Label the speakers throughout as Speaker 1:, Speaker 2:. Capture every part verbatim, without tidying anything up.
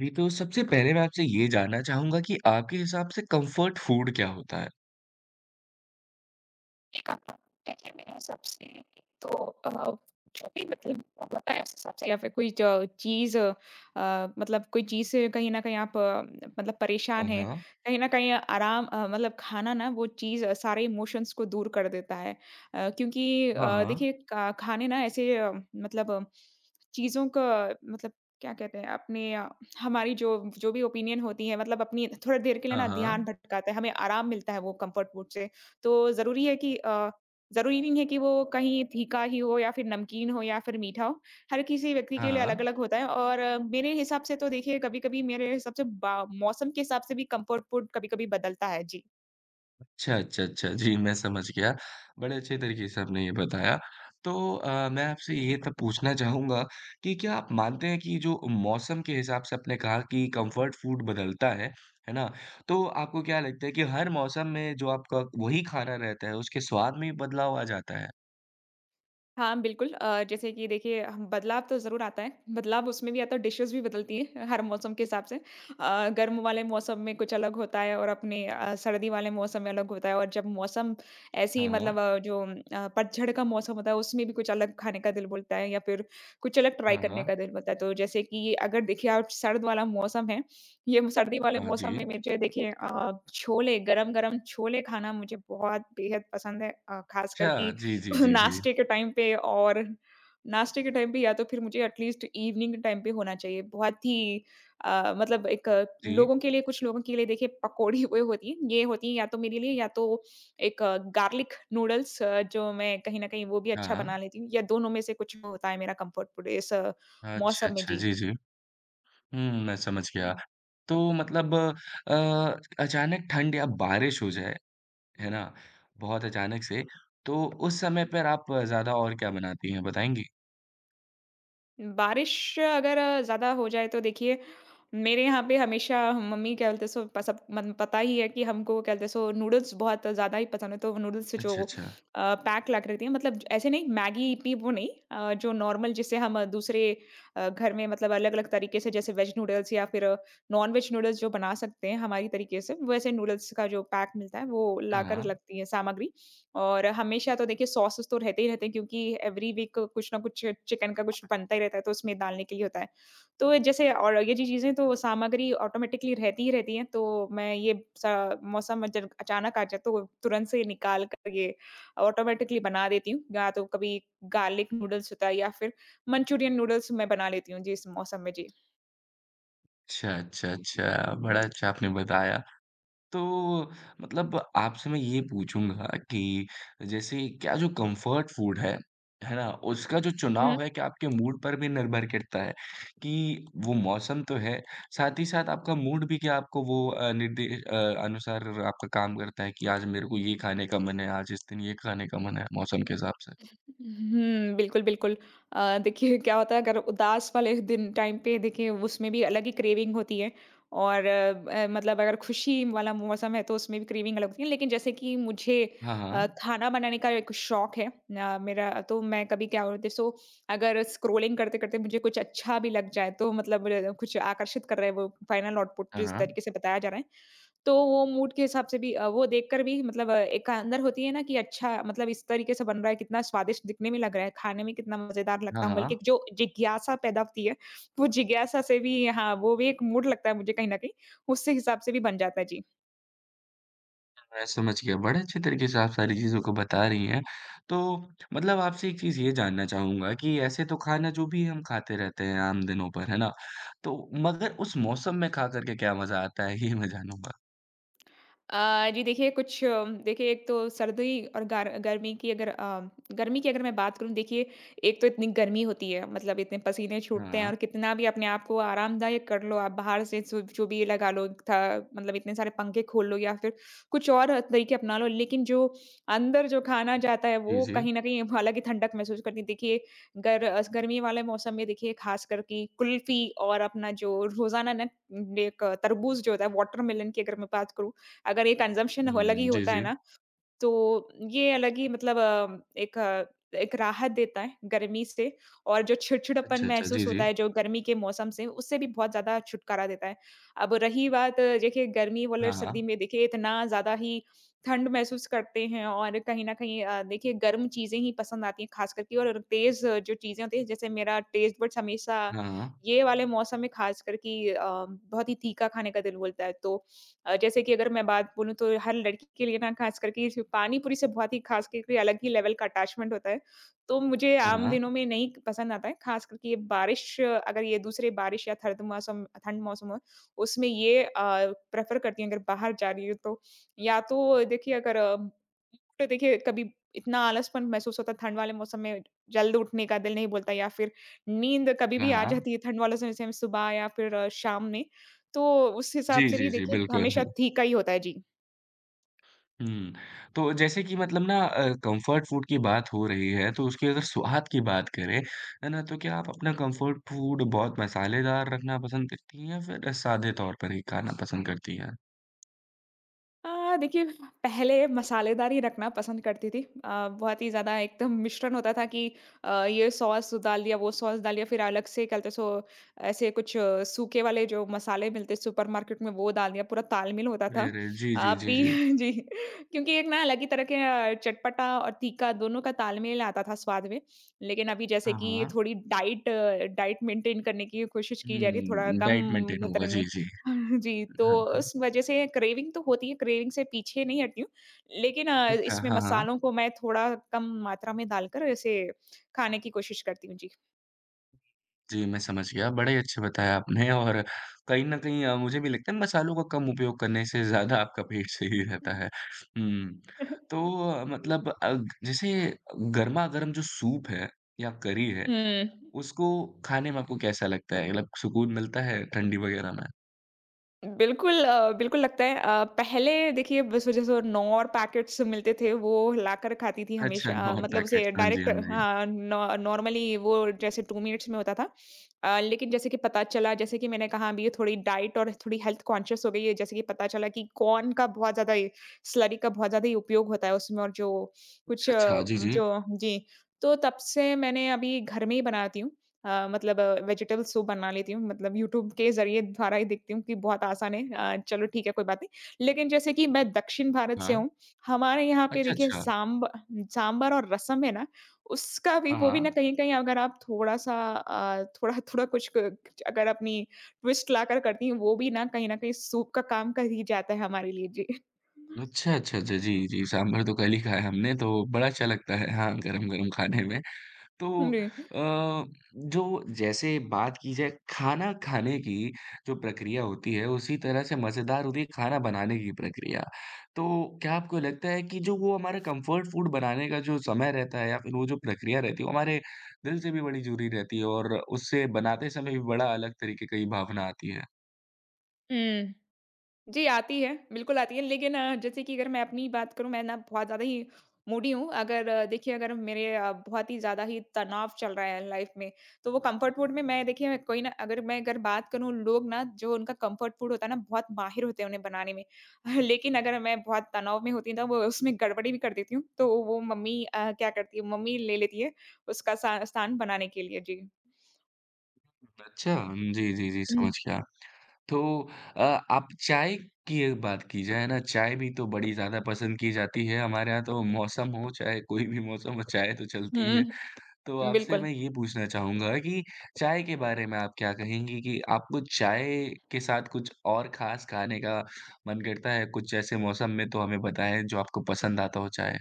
Speaker 1: जी, तो सबसे पहले मैं आपसे ये जानना चाहूँगा कि आपके हिसाब से कम्फ़र्ट फ़ूड क्या होता है?
Speaker 2: मेरा सबसे तो अ, जो भी मतलब होता है, उस हिसाब से या फिर कोई ज चीज़ अ, मतलब कोई चीज़ से कहीं न कहीं आप अ, मतलब
Speaker 1: हाँ,
Speaker 2: परेशान हैं,
Speaker 1: हाँ।
Speaker 2: कहीं न कहीं आराम अ, मतलब खाना ना वो चीज़ सारे इमोशंस को दूर कर देता है। अ, क्योंकि
Speaker 1: हाँ,
Speaker 2: अ,
Speaker 1: हाँ।
Speaker 2: देखिए क खाने ना ऐसे अ, मतलब चीज़ों का मतलब क्या कहते हैं अपने अ, हमारी जो जो भी ओपिनियन होती है मतलब अपनी थोड़ी देर के लिए
Speaker 1: हाँ,
Speaker 2: ना ध्यान
Speaker 1: हाँ।
Speaker 2: भटकाता है, हमें आराम मिलता है वो कम्फर्ट फूड से। तो ज़रूरी है कि अ, ज़रूरी नहीं है कि वो कहीं तीखा ही हो या फिर नमकीन हो या फिर मीठा हो। हर किसी व्यक्ति
Speaker 1: हाँ,
Speaker 2: के लिए
Speaker 1: हाँ।
Speaker 2: अलग-अलग होता है और अ, मेरे हिसाब से तो देखिए कभी-कभी मेरे हिसाब से बा मौसम के हिसाब से भी कम्फर्ट फूड कभी-कभी बदलता है। जी।
Speaker 1: अच्छा, अच्छा, अच्छा। जी, मैं समझ गया। बड़े अच्छे तरीके से आपने ये बताया। तो अ, मैं आपसे ये तब पूछना चाहूँगा कि क्या आप मानते हैं कि जो मौसम के हिसाब से आपने कहा कि कम्फ़र्ट फ़ूड बदलता है, है ना? तो आपको क्या लगता है कि हर मौसम में जो आपका वही खाना रहता है, उसके स्वाद में भी बदलाव आ जाता है?
Speaker 2: हाँ, बिल्कुल अ, जैसे कि देखिए हम बदलाव तो ज़रूर आता है। बदलाव उसमें भी आता है डिशेज़ भी बदलती हैं हर मौसम के हिसाब से। अ, गर्म वाले मौसम में कुछ अलग होता है और अपने अ, सर्दी वाले मौसम में अलग होता है और जब मौसम ऐसे ही
Speaker 1: हाँ,
Speaker 2: मतलब
Speaker 1: हाँ।
Speaker 2: अ, जो अ, पतझड़ का मौसम होता है उसमें भी कुछ अलग खाने का दिल बोलता है या फिर कुछ अलग ट्राई
Speaker 1: हाँ,
Speaker 2: करने
Speaker 1: हाँ।
Speaker 2: का दिल बोलता है। तो जैसे कि अगर देखिए आप सर्द वाला मौसम है, ये सर्दी वाले
Speaker 1: हाँ जी।
Speaker 2: मौसम में मुझे देखिए अ, छोले गरम-गरम छोले खाना मुझे बहुत बेहद पसंद है। अ, ख़ासकर
Speaker 1: अच्छा।
Speaker 2: कि
Speaker 1: जी, जी, जी, जी।
Speaker 2: नाश्ते के टाइम पे और नाश्ते के टाइम पे या तो फिर मुझे एटलीस्ट इवनिंग के टाइम पे होना चाहिए। बहुत ही अ, मतलब एक अ,
Speaker 1: जी,
Speaker 2: लोगों के लिए कुछ लोगों के लिए देखिए पकौड़ी वो होती है, ये होती है या तो मेरे लिए या तो एक गार्लिक नूडल्स अ, जो मैं कहीं न कहीं वो भी
Speaker 1: हाँ,
Speaker 2: अच्छा बना
Speaker 1: हाँ।
Speaker 2: लेती हूँ या दोनों में से कुछ होता है मेरा कम्फर्ट फूड इस अ,
Speaker 1: अच्छा,
Speaker 2: मौसम में।
Speaker 1: अच्छा।
Speaker 2: जी।
Speaker 1: जी, जी। हुँ, मैं समझ गया। तो मतलब अ, अचानक ठंड या बारिश हो जाए, है ना? बहुत अचानक से, तो उस समय पर आप ज़्यादा और क्या बनाती हैं, बताएँगी?
Speaker 2: बारिश अगर ज़्यादा हो जाए तो देखिए, मेरे यहाँ पे हमेशा मम्मी क्या बोलते सो प सब मन पता ही है कि हमको क्या बोलते सो नूडल्स बहुत ज़्यादा ही पसंद है, तो वो नूडल्स जो
Speaker 1: अच्छा, अच्छा।
Speaker 2: अ, पैक ला के रखती हैं मतलब ऐसे नहीं मैगी इपी वो नहीं अ, जो नॉर्मल जिसे हम दूसरे अ, घर में मतलब अलग-अलग तरीके से जैसे वेज नूडल्स या फिर नॉन-वेज नूडल्स जो बना सकते हैं हमारी तरीके से, वैसे नूडल्स का जो पैक मिलता है वो
Speaker 1: हाँ,
Speaker 2: लाकर
Speaker 1: हाँ।
Speaker 2: रखती है सामग्री। और हमेशा तो देखिए सॉसेस तो रहते ही रहते हैं क्योंकि एवरी वीक कुछ ना कुछ चिकन का कुछ बनता ही रहता है तो उसमें डालने के लिए होता है। तो जैसे और ये जी चीज़ें तो सामग्री ऑटोमेटिकली रहती ही रहती हैं तो मैं ये सा मौसम जब अचानक आ जाए तो तुरंत से निकाल कर ये ऑटोमेटिकली बना देती हूँ। या तो कभी गार्लिक नूडल्स होता है या फिर मंचूरियन नूडल्स मैं बना लेती हूँ जी इस मौसम में। जी।
Speaker 1: अच्छा, अच्छा, अच्छा। बड़ा अच्छा आपने बताया। तो मतलब आपसे मैं ये पूछूँगा कि जैसे क्या जो कम्फ़र्ट फूड है, है ना? उसका जो चुनाव है क्या आपके मूड पर भी निर्भर करता है? कि वो मौसम तो है, साथ ही साथ आपका मूड भी क्या आपको वो अ, निर्दे अ, अनुसार आपका काम करता है कि आज मेरे को ये खाने का मन है, आज इस दिन ये खाने का मन है मौसम के हिसाब से?
Speaker 2: हुँ, बिल्कुल, बिल्कुल। अ, देखिए क्या होता है अगर उदास वाले दिन टाइम पे देखिए उसमें भी अलग ही क्रेविंग होती है और अ, अ, मतलब अगर खुशी वाला मौसम है तो उसमें भी क्रेविंग अलग होती है। लेकिन जैसे कि मुझे
Speaker 1: हाँ,
Speaker 2: अ,
Speaker 1: हाँ।
Speaker 2: खाना बनाने का एक शौक है अ, मेरा तो मैं कभी क्या होता है सो अगर स्क्रॉलिंग करते-करते मुझे कुछ अच्छा भी लग जाए तो मतलब अ, कुछ आकर्षित कर रहा है वो फाइनल आउटपुट
Speaker 1: हाँ,
Speaker 2: जिस
Speaker 1: हाँ।
Speaker 2: तरीके से बताया जा रहा है तो वो मूड के हिसाब से भी अ, वो देखकर भी मतलब अ, एक अंदर होती है ना कि अच्छा मतलब इस तरीके से बन रहा है, कितना स्वादिष्ट दिखने में लग रहा है, खाने में कितना मज़ेदार
Speaker 1: हाँ,
Speaker 2: लगता होगा, बल्कि एक
Speaker 1: हाँ।
Speaker 2: जो जिज्ञासा पैदा होती है, वो जिज्ञासा से भी हाँ, वो भी एक मूड लगता है मुझे कहीं न कहीं, उससे हिसाब से भी बन जाता है। जी।
Speaker 1: मैं समझ गया। बड़े अच्छे तरीके से आप सारी चीज़ों को बता रही हैं। तो मतलब आपसे एक चीज़ ये जानना चाहूँगा कि ऐसे तो खाना जो भी हम खाते रहते हैं आम दिनों पर, है ना? तो मगर उस मौसम में खा कर के क्या मज़ा आता है, ये मैं जानूँगा?
Speaker 2: अ, जी देखिए कुछ अ, देखिए एक तो सर्दी और गर, गर्मी की अगर अ, गर्मी की अगर मैं बात करूं देखिए एक तो इतनी गर्मी होती है मतलब इतने पसीने छूटते हैं
Speaker 1: हाँ।
Speaker 2: और कितना भी अपने आप को आरामदायक कर लो आप बाहर से जो जो भी लगा लो था मतलब इतने सारे पंखे खोल लो या फिर कुछ और तरीके अपना लो लेकिन जो अंदर जो खाना जाता है
Speaker 1: जी,
Speaker 2: वो
Speaker 1: जी।
Speaker 2: कहीं ना कहीं अलग ही ठंडक महसूस करती है। देखिए गर, अ, गर्मी वाले मौसम में देखिए खास करके कुल्फी और अपना जो रोजाना ना एक तरबूज जो होता है वाटरमेलन की अगर मैं बात करूं अगर ये कंज़म्पशन हो अलग ही
Speaker 1: हुँ, जी,
Speaker 2: होता है
Speaker 1: जी।
Speaker 2: ना, तो ये अलग ही मतलब अ, एक अ, एक राहत देता है गर्मी से और जो चिड़चिड़ापन
Speaker 1: अच्छा, अच्छा। जी,
Speaker 2: महसूस होता
Speaker 1: जी।
Speaker 2: है, जो गर्मी के मौसम से, उससे भी बहुत ज़्यादा छुटकारा देता है। अब रही बात अ, देखिए गर्मी वाले
Speaker 1: हाँ,
Speaker 2: सर्दी
Speaker 1: हाँ।
Speaker 2: में देखिए इतना ज़्यादा ही ठंड महसूस करते हैं और कहीं न कहीं अ, देखिए गर्म चीज़ें ही पसंद आती हैं ख़ास करके और तेज़ जो चीज़ें होती हैं, जैसे मेरा टेस्ट बड्स हमेशा
Speaker 1: हाँ, हाँ।
Speaker 2: ये वाले मौसम में ख़ास कर कि अ, बहुत ही तीखा खाने का दिल बोलता है। तो अ, जैसे कि अगर मैं बात बोलूँ तो हर लड़की के लिए ना खास करके इस पानी पूरी से बहुत ही खास करके अलग ही लेवल का अटैचमेंट होता है। तो मुझे
Speaker 1: हाँ,
Speaker 2: आम
Speaker 1: हाँ।
Speaker 2: दिनों में नहीं पसंद आता है, खास करके ये बारिश अ, अगर ये दूसरे बारिश या थर्द मौसम ठंड मौसम हो, उसमें ये अ, प्रेफ़र करती हूँ अगर बाहर जा रही हूँ तो। या तो देखिए अगर अ, तो देखिए कभी इतना आलसपन महसूस होता है ठंड वाले मौसम में जल्द उठने का दिल नहीं बोलता या फिर नींद कभी
Speaker 1: हाँ,
Speaker 2: भी आ
Speaker 1: हाँ।
Speaker 2: जाती है ठंड वाले समय से सुबह या फिर अ, शाम में। तो उस हिसाब
Speaker 1: जी,
Speaker 2: से
Speaker 1: जी,
Speaker 2: भी
Speaker 1: जी।
Speaker 2: देखिए
Speaker 1: बिल्कुल।
Speaker 2: हमेशा तीखा ही होता है। जी।
Speaker 1: हुँ। तो जैसे कि मतलब ना अ, कम्फर्ट फूड की बात हो रही है, तो उसके अगर स्वाद की बात करें, है ना? तो क्या आप अपना कम्फर्ट फूड बहुत मसालेदार रखना पसंद करती हैं या फिर सादे तौर पर ही खाना पसंद करती हैं?
Speaker 2: अ, देखिए पहले मसालेदार ही रखना पसंद करती थी। अ, बहुत ही ज़्यादा एकदम मिश्रण होता था कि अ, ये सॉस डाल दिया, वो सॉस डाल दिया, फिर अलग से कहते सो ऐसे कुछ आ, सूखे वाले जो मसाले मिलते हैं सुपरमार्केट में वो डाल दिया, पूरा तालमेल होता
Speaker 1: अरे,
Speaker 2: था।
Speaker 1: अरे! जी, जी, जी,
Speaker 2: अभी
Speaker 1: जी।
Speaker 2: जी, क्योंकि एक ना अलग ही तरह के अ, चटपटा और तीखा दोनों का तालमेल आता था स्वाद में। लेकिन अभी जैसे
Speaker 1: हाँ,
Speaker 2: कि
Speaker 1: हाँ।
Speaker 2: थोड़ी डाइट डाइट मेंटेन करने की कोशिश की जा रही है, थोड़ा
Speaker 1: हुँ,
Speaker 2: कम
Speaker 1: डाइट मेंटेन
Speaker 2: मात्रा
Speaker 1: होगा।
Speaker 2: में
Speaker 1: जी, जी।
Speaker 2: जी, तो
Speaker 1: हाँ, हाँ।
Speaker 2: उस वज़ह से क्रेविंग तो होती है, क्रेविंग से पीछे नहीं हटी हूँ। लेकिन अ,
Speaker 1: अच्छा,
Speaker 2: इसमें
Speaker 1: हाँ, हाँ।
Speaker 2: मसालों को मैं थोड़ा कम मात्रा में डालकर ऐसे खाने की कोशिश करती हूँ। जी।
Speaker 1: जी, मैं समझ गया। बड़े अच्छे बताया आपने और कहीं न कहीं अ, मुझे भी लगता है मसालों का कम उपयोग करने से ज़्यादा आपका पेट सही रहता है। हुँ, तो
Speaker 2: हुँ।
Speaker 1: अ, मतलब अग जैसे गरमा-गरम जो सूप है या करी है,
Speaker 2: हुँ।
Speaker 1: उसको खाने में आपको कैसा लगता है? मतलब सुकून मिलता है ठंडी वगैरह में?
Speaker 2: बिल्कुल अ, बिल्कुल लगता है अ, पहले देखिए बस जैसे वो नॉर पैकेट्स मिलते थे वो लाकर खाती थी
Speaker 1: अच्छा,
Speaker 2: हमेशा अ,
Speaker 1: नॉन
Speaker 2: मतलब उसे
Speaker 1: पैकेट्स। हाँ जी,
Speaker 2: डायरेक्ट
Speaker 1: हाँ जी।
Speaker 2: हाँ नॉ- नॉर्मली वो जैसे टू मिनट्स में होता था अ, लेकिन जैसे कि पता चला जैसे कि मैंने कहा अभी ये थोड़ी डाइट और थोड़ी हेल्थ कॉन्शियस हो गई है जैसे कि पता चला कि कॉर्न का बहुत ज्यादा स्लरी का बहुत ज्यादा ही उपयोग होता है उसमें और जो कुछ
Speaker 1: अच्छा, अच्छा।
Speaker 2: अ,
Speaker 1: जी, जी।
Speaker 2: जो जी तो तब से मैंने अभी घर में ही बनाती हूँ अ, मतलब अ, वेजिटेबल सूप बना लेती हूँ मतलब यूट्यूब के ज़रिए द्वारा ही देखती हूँ कि बहुत आसान है अ, चलो ठीक है कोई बात नहीं। लेकिन जैसे कि मैं दक्षिण भारत से
Speaker 1: हाँ।
Speaker 2: हूँ, हमारे यहाँ पे
Speaker 1: अच्छा,
Speaker 2: देखिए
Speaker 1: अच्छा।
Speaker 2: सांब सांभर और रसम है ना, उसका भी
Speaker 1: हाँ,
Speaker 2: वो भी ना
Speaker 1: हाँ।
Speaker 2: कहीं-कहीं अगर आप थोड़ा-सा अ, थोड़ा-थोड़ा कुछ क अगर अपनी ट्विस्ट लाकर करती हैं, वो भी ना कहीं न कहीं सूप का काम कर ही जाता है हमारे लिए। जी।
Speaker 1: अच्छा, अच्छा, अच्छा। जी, जी। सांभर तो कल ही खाया हमने तो बड़ा अच्छा लगता है हाँ, गरम-गरम खाने में। तो अ, जो जैसे बात की जाए खाना खाने की जो प्रक्रिया होती है, उसी तरह से मज़ेदार होती है खाना बनाने की प्रक्रिया। तो क्या आपको लगता है कि जो वो हमारा कम्फ़र्ट फूड बनाने का जो समय रहता है या फिर वो जो प्रक्रिया रहती है, वो हमारे दिल से भी बड़ी जुड़ी रहती है और उससे बनाते समय भी बड़ा अलग तरीके का ही भावना आती है?
Speaker 2: जी। हुँ। जी, आती है। बिल्कुल आती है, लेकिन अ, जैसे कि अगर मैं अपनी बात करूँ, मैं ना बहुत ज़्यादा ही मूडी हूँ। अगर अ, देखिए, अगर मेरे अ, बहुत ही ज़्यादा ही तनाव चल रहा है लाइफ में, तो वो कम्फर्ट फूड में मैं देखिए मैं कोई ना अगर मैं अगर बात करूँ, लोग ना जो उनका कम्फर्ट फूड होता है ना, बहुत माहिर होते हैं उन्हें बनाने में। लेकिन अगर मैं बहुत तनाव में होती हूँ, तो वो उसमें गड़बड़ी भी कर देती हूँ। तो वो मम्मी अ, क्या करती है, मम्मी ले लेती है उसका सा स्थान बनाने के लिए। जी।
Speaker 1: अच्छा, जी, जी, जी, समझ
Speaker 2: हुँ,
Speaker 1: गया। तो अ, आप चाय की अगर बात की जाए ना, चाय भी तो बड़ी ज़्यादा पसंद की जाती है। हमारे यहाँ तो मौसम हो चाहे कोई भी मौसम हो, चाय तो चलती ही है।
Speaker 2: हुँ,
Speaker 1: तो आपसे
Speaker 2: बिल्कुल।
Speaker 1: मैं ये पूछना चाहूँगा कि चाय के बारे में आप क्या कहेंगी कि आपको चाय के साथ कुछ और ख़ास खाने का मन करता है? कुछ ऐसे मौसम में तो हमें बताएँ जो आपको पसंद आता हो चाय?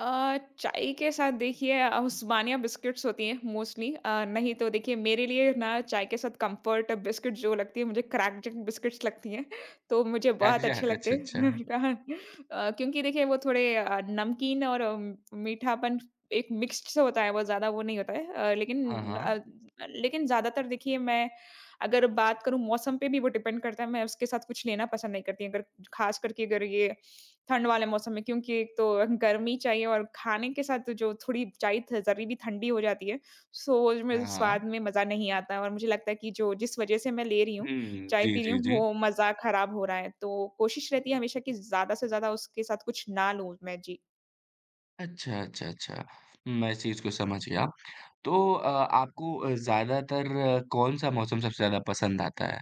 Speaker 2: अ, चाय के साथ देखिए अ, उस्मानिया बिस्किट्स होती हैं मोस्टली नहीं तो देखिए मेरे लिए ना चाय के साथ कंफर्ट बिस्किट जो लगती है मुझे क्रैकजैक बिस्किट्स लगती हैं तो मुझे बहुत अच्छे
Speaker 1: झकझक,
Speaker 2: लगते
Speaker 1: अच्छा,
Speaker 2: हैं
Speaker 1: अच्छा।
Speaker 2: अ, क्योंकि देखिए वो थोड़े अ, नमकीन और अम, मीठापन एक मिक्स्ड सा होता है वो ज़्यादा वो नहीं होता है अ,
Speaker 1: हाँ,
Speaker 2: लेकिन
Speaker 1: हाँ।
Speaker 2: अ, लेकिन ज़्यादातर देखिए मैं अगर बात करूँ मौसम पे भी वो डिपेंड करता है मैं उसके साथ कुछ लेना पसंद नहीं करती अगर खास करके अगर ये ठंड वाले मौसम में क्योंकि एक तो गर्मी चाहिए और खाने के साथ तो जो थोड़ी चाय थ- जरी भी ठंडी हो जाती है सो उसमें
Speaker 1: हाँ, हाँ।
Speaker 2: स्वाद में मज़ा नहीं आता है और मुझे लगता है कि जो जिस वजह से मैं ले रही हूँ,
Speaker 1: हुँ,
Speaker 2: चाय
Speaker 1: जी,
Speaker 2: पी रही
Speaker 1: जी,
Speaker 2: हूँ,
Speaker 1: जी।
Speaker 2: वो मज़ा खराब हो रहा है। तो कोशिश रहती है हमेशा कि ज़्यादा से ज़्यादा उसके साथ कुछ ना लूँ मैं। जी।
Speaker 1: अच्छा, अच्छा, अच्छा। मैं इस चीज़ को समझ गया। तो अ, आपको अ, ज़्यादातर कौन-सा मौसम सबसे ज़्यादा पसंद आता है?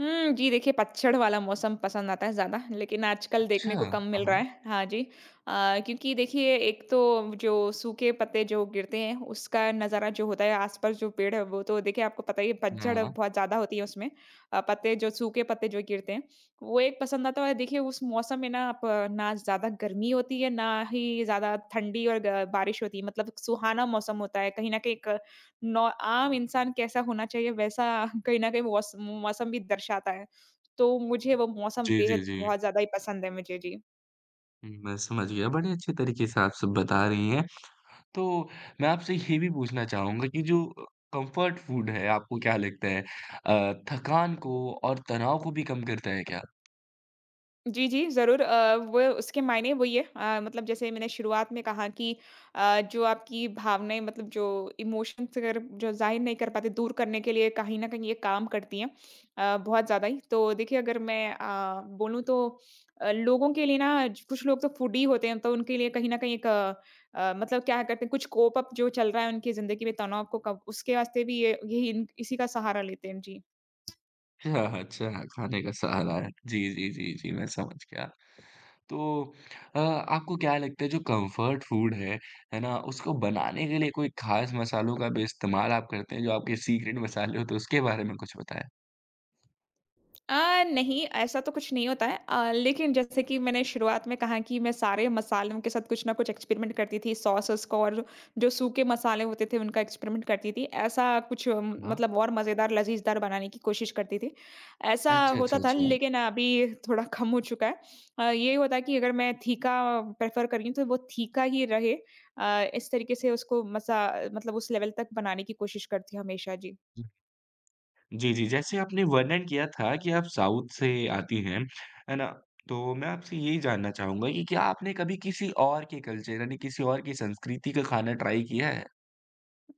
Speaker 2: हुँ, जी, देखिए पतझड़ वाला मौसम पसंद आता है ज़्यादा, लेकिन आजकल
Speaker 1: अच्छा,
Speaker 2: देखने को कम
Speaker 1: हाँ,
Speaker 2: मिल रहा
Speaker 1: हाँ।
Speaker 2: है। हाँ जी। अ, क्योंकि देखिए, एक तो जो सूखे पत्ते जो गिरते हैं, उसका नज़ारा जो होता है आस-पास जो पेड़ है, वो तो देखिए आपको पता ही है,
Speaker 1: हाँ,
Speaker 2: पतझड़
Speaker 1: हाँ।
Speaker 2: बहुत ज़्यादा होती है उसमें। अ, पत्ते जो सूखे पत्ते जो गिरते हैं, वो एक पसंद आता है। और देखिए उस मौसम में ना आप आ, ना ज़्यादा गर्मी होती है, ना ही ज़्यादा ठंडी और ग बारिश होती है। मतलब सुहाना मौसम होता है, कहीं न कहीं एक नॉ आम इंसान कैसा होना चाहिए, वैसा कहीं न कहीं मौस मौसम भी दर्शाता है। तो मुझे वो मौसम
Speaker 1: जी, जी,
Speaker 2: बेहद
Speaker 1: जी।
Speaker 2: बहुत ज़्यादा ही पसंद है मुझे। जी।
Speaker 1: हुँ, मैं समझ गया, बड़े अच्छे तरीके से आप सब बता रही हैं। तो मैं आपसे ये भी पूछना चाहूँगा कि जो अ, कम्फ़र्ट फूड है, आपको क्या लगता है अ, थकान को और तनाव को भी कम करता है क्या?
Speaker 2: जी, जी, ज़रूर। अ, वो उसके मायने वही है। अ, मतलब जैसे मैंने शुरुआत में कहा कि अ, जो आपकी भावनाएँ, मतलब जो इमोशंस, अगर जो ज़ाहिर नहीं कर पाते, दूर करने के लिए कहीं न कहीं ये काम करती हैं, अ, बहुत ज़्यादा ही। तो देखिए अगर मैं अ, बोलूँ तो अ, लोगों के लिए ना ज- कुछ लोग तो फूडी होते हैं, तो उनके लिए कहीं न कहीं एक अ, अ, मतलब क्या करते हैं, कुछ कोप अप जो चल रहा है उनकी ज़िंदगी में, तनाव को कम उसके वास्ते भी ये यही इन इसी का सहारा लेते हैं। जी।
Speaker 1: अच्छा, अच्छा, खाने का सहारा है। जी, जी, जी, जी, मैं समझ गया। तो अ, आपको क्या लगता है जो कंफर्ट फूड है, है ना? उसको बनाने के लिए कोई ख़ास मसालों का भी इस्तेमाल आप करते हैं जो आपके सीक्रेट मसाले हो तो उसके बारे में कुछ बताएँ?
Speaker 2: अ, नहीं, ऐसा तो कुछ नहीं होता है। अ, लेकिन जैसे कि मैंने शुरुआत में कहा कि मैं सारे मसालों के साथ कुछ ना कुछ एक्सपेरिमेंट करती थी, सॉसेस का, और जो सूखे मसाले होते थे, उनका एक्सपेरिमेंट करती थी। ऐसा कुछ अम,
Speaker 1: हाँ।
Speaker 2: मतलब और मज़ेदार, लज़ीज़दार बनाने की कोशिश करती थी। ऐसा
Speaker 1: अच्छा,
Speaker 2: होता
Speaker 1: अच्छा,
Speaker 2: था,
Speaker 1: अच्छा।
Speaker 2: लेकिन अभी थोड़ा कम हो चुका है। अ, ये होता है कि अगर मैं तीखा प्रेफ़र कर रही हूँ, तो वो तीखा ही रहे। अ, इस तरीके से उसको मसा मतलब उस लेवल तक बनाने की कोशिश करती हूँ हमेशा। जी।
Speaker 1: जी, जी, जैसे आपने वर्णन किया था कि आप साउथ से आती हैं, है ना? तो मैं आपसे यही जानना चाहूँगा कि क्या आपने कभी किसी और के कल्चर यानी किसी और की संस्कृति का खाना ट्राई किया है?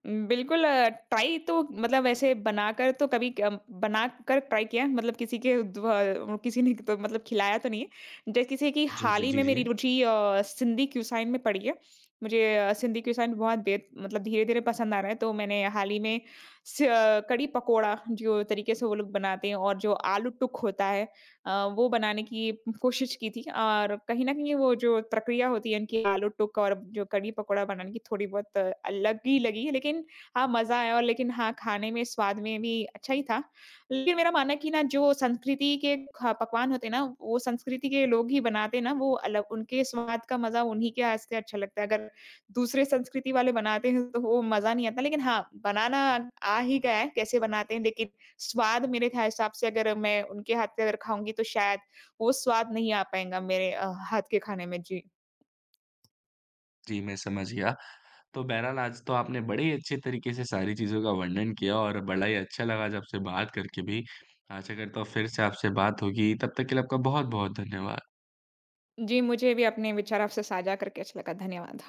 Speaker 2: उम, बिल्कुल। अ, ट्राई तो, मतलब ऐसे बनाकर तो कभी क बनाकर ट्राई किया, मतलब किसी के द्व किसी ने तो मतलब खिलाया तो नहीं है। जैसे कि
Speaker 1: अच्छा,
Speaker 2: हाल
Speaker 1: अच्छा।
Speaker 2: ही
Speaker 1: जी,
Speaker 2: में
Speaker 1: जी।
Speaker 2: मेरी रुचि अ, सिंधी क्यूसाइन में पड़ी है। मुझे अ, सिंधी क्यूसाइन बहुत बेत मतलब धीरे-धीरे पसंद आ रहा है, तो मैंने हाल ही में स कढ़ी पकोड़ा जो तरीके से वो लोग बनाते हैं और जो आलू टुक होता है, अ, वो बनाने की कोशिश की थी। और कहीं न कहीं वो जो प्रक्रिया होती है इनकी आलू टुक और जो कढ़ी पकोड़ा बनाने की, थोड़ी बहुत अ, अलग ही लगी है, लेकिन हाँ, मज़ा आया। और लेकिन हाँ, खाने में, स्वाद में भी अच्छा ही था। लेकिन मेरा मानना है कि ना जो संस्कृति के ख पकवान होते हैं ना, वो संस्कृति के लोग ही बनाते हैं ना, वो अलग उनके स्वाद का मज़ा उन्हीं के हाथ से अच्छा लगता है। अगर दूसरे संस्कृति वाले बनाते हैं तो वो मज़ा नहीं आता। लेकिन हाँ, बनाना आ ही गया है कैसे बनाते हैं, लेकिन स्वाद मेरे ख्या हिसाब से अगर मैं उनके हाथ के अगर खाऊँगी तो शायद वो स्वाद नहीं आ पाएँगा मेरे अ, हाथ के खाने में। जी।
Speaker 1: जी, मैं समझ गया। तो बहरहाल आज तो आपने बड़े ही अच्छे तरीके से सारी चीज़ों का वर्णन किया और बड़ा ही अच्छा लगा आज आपसे बात करके भी। आशा करता हूँ फिर से आपसे बात होगी। तब तक के लिए आपका बहुत-बहुत धन्यवाद।
Speaker 2: जी, मुझे भी अपने विचार आपसे साझा करके अच्छा लगा। धन्यवाद।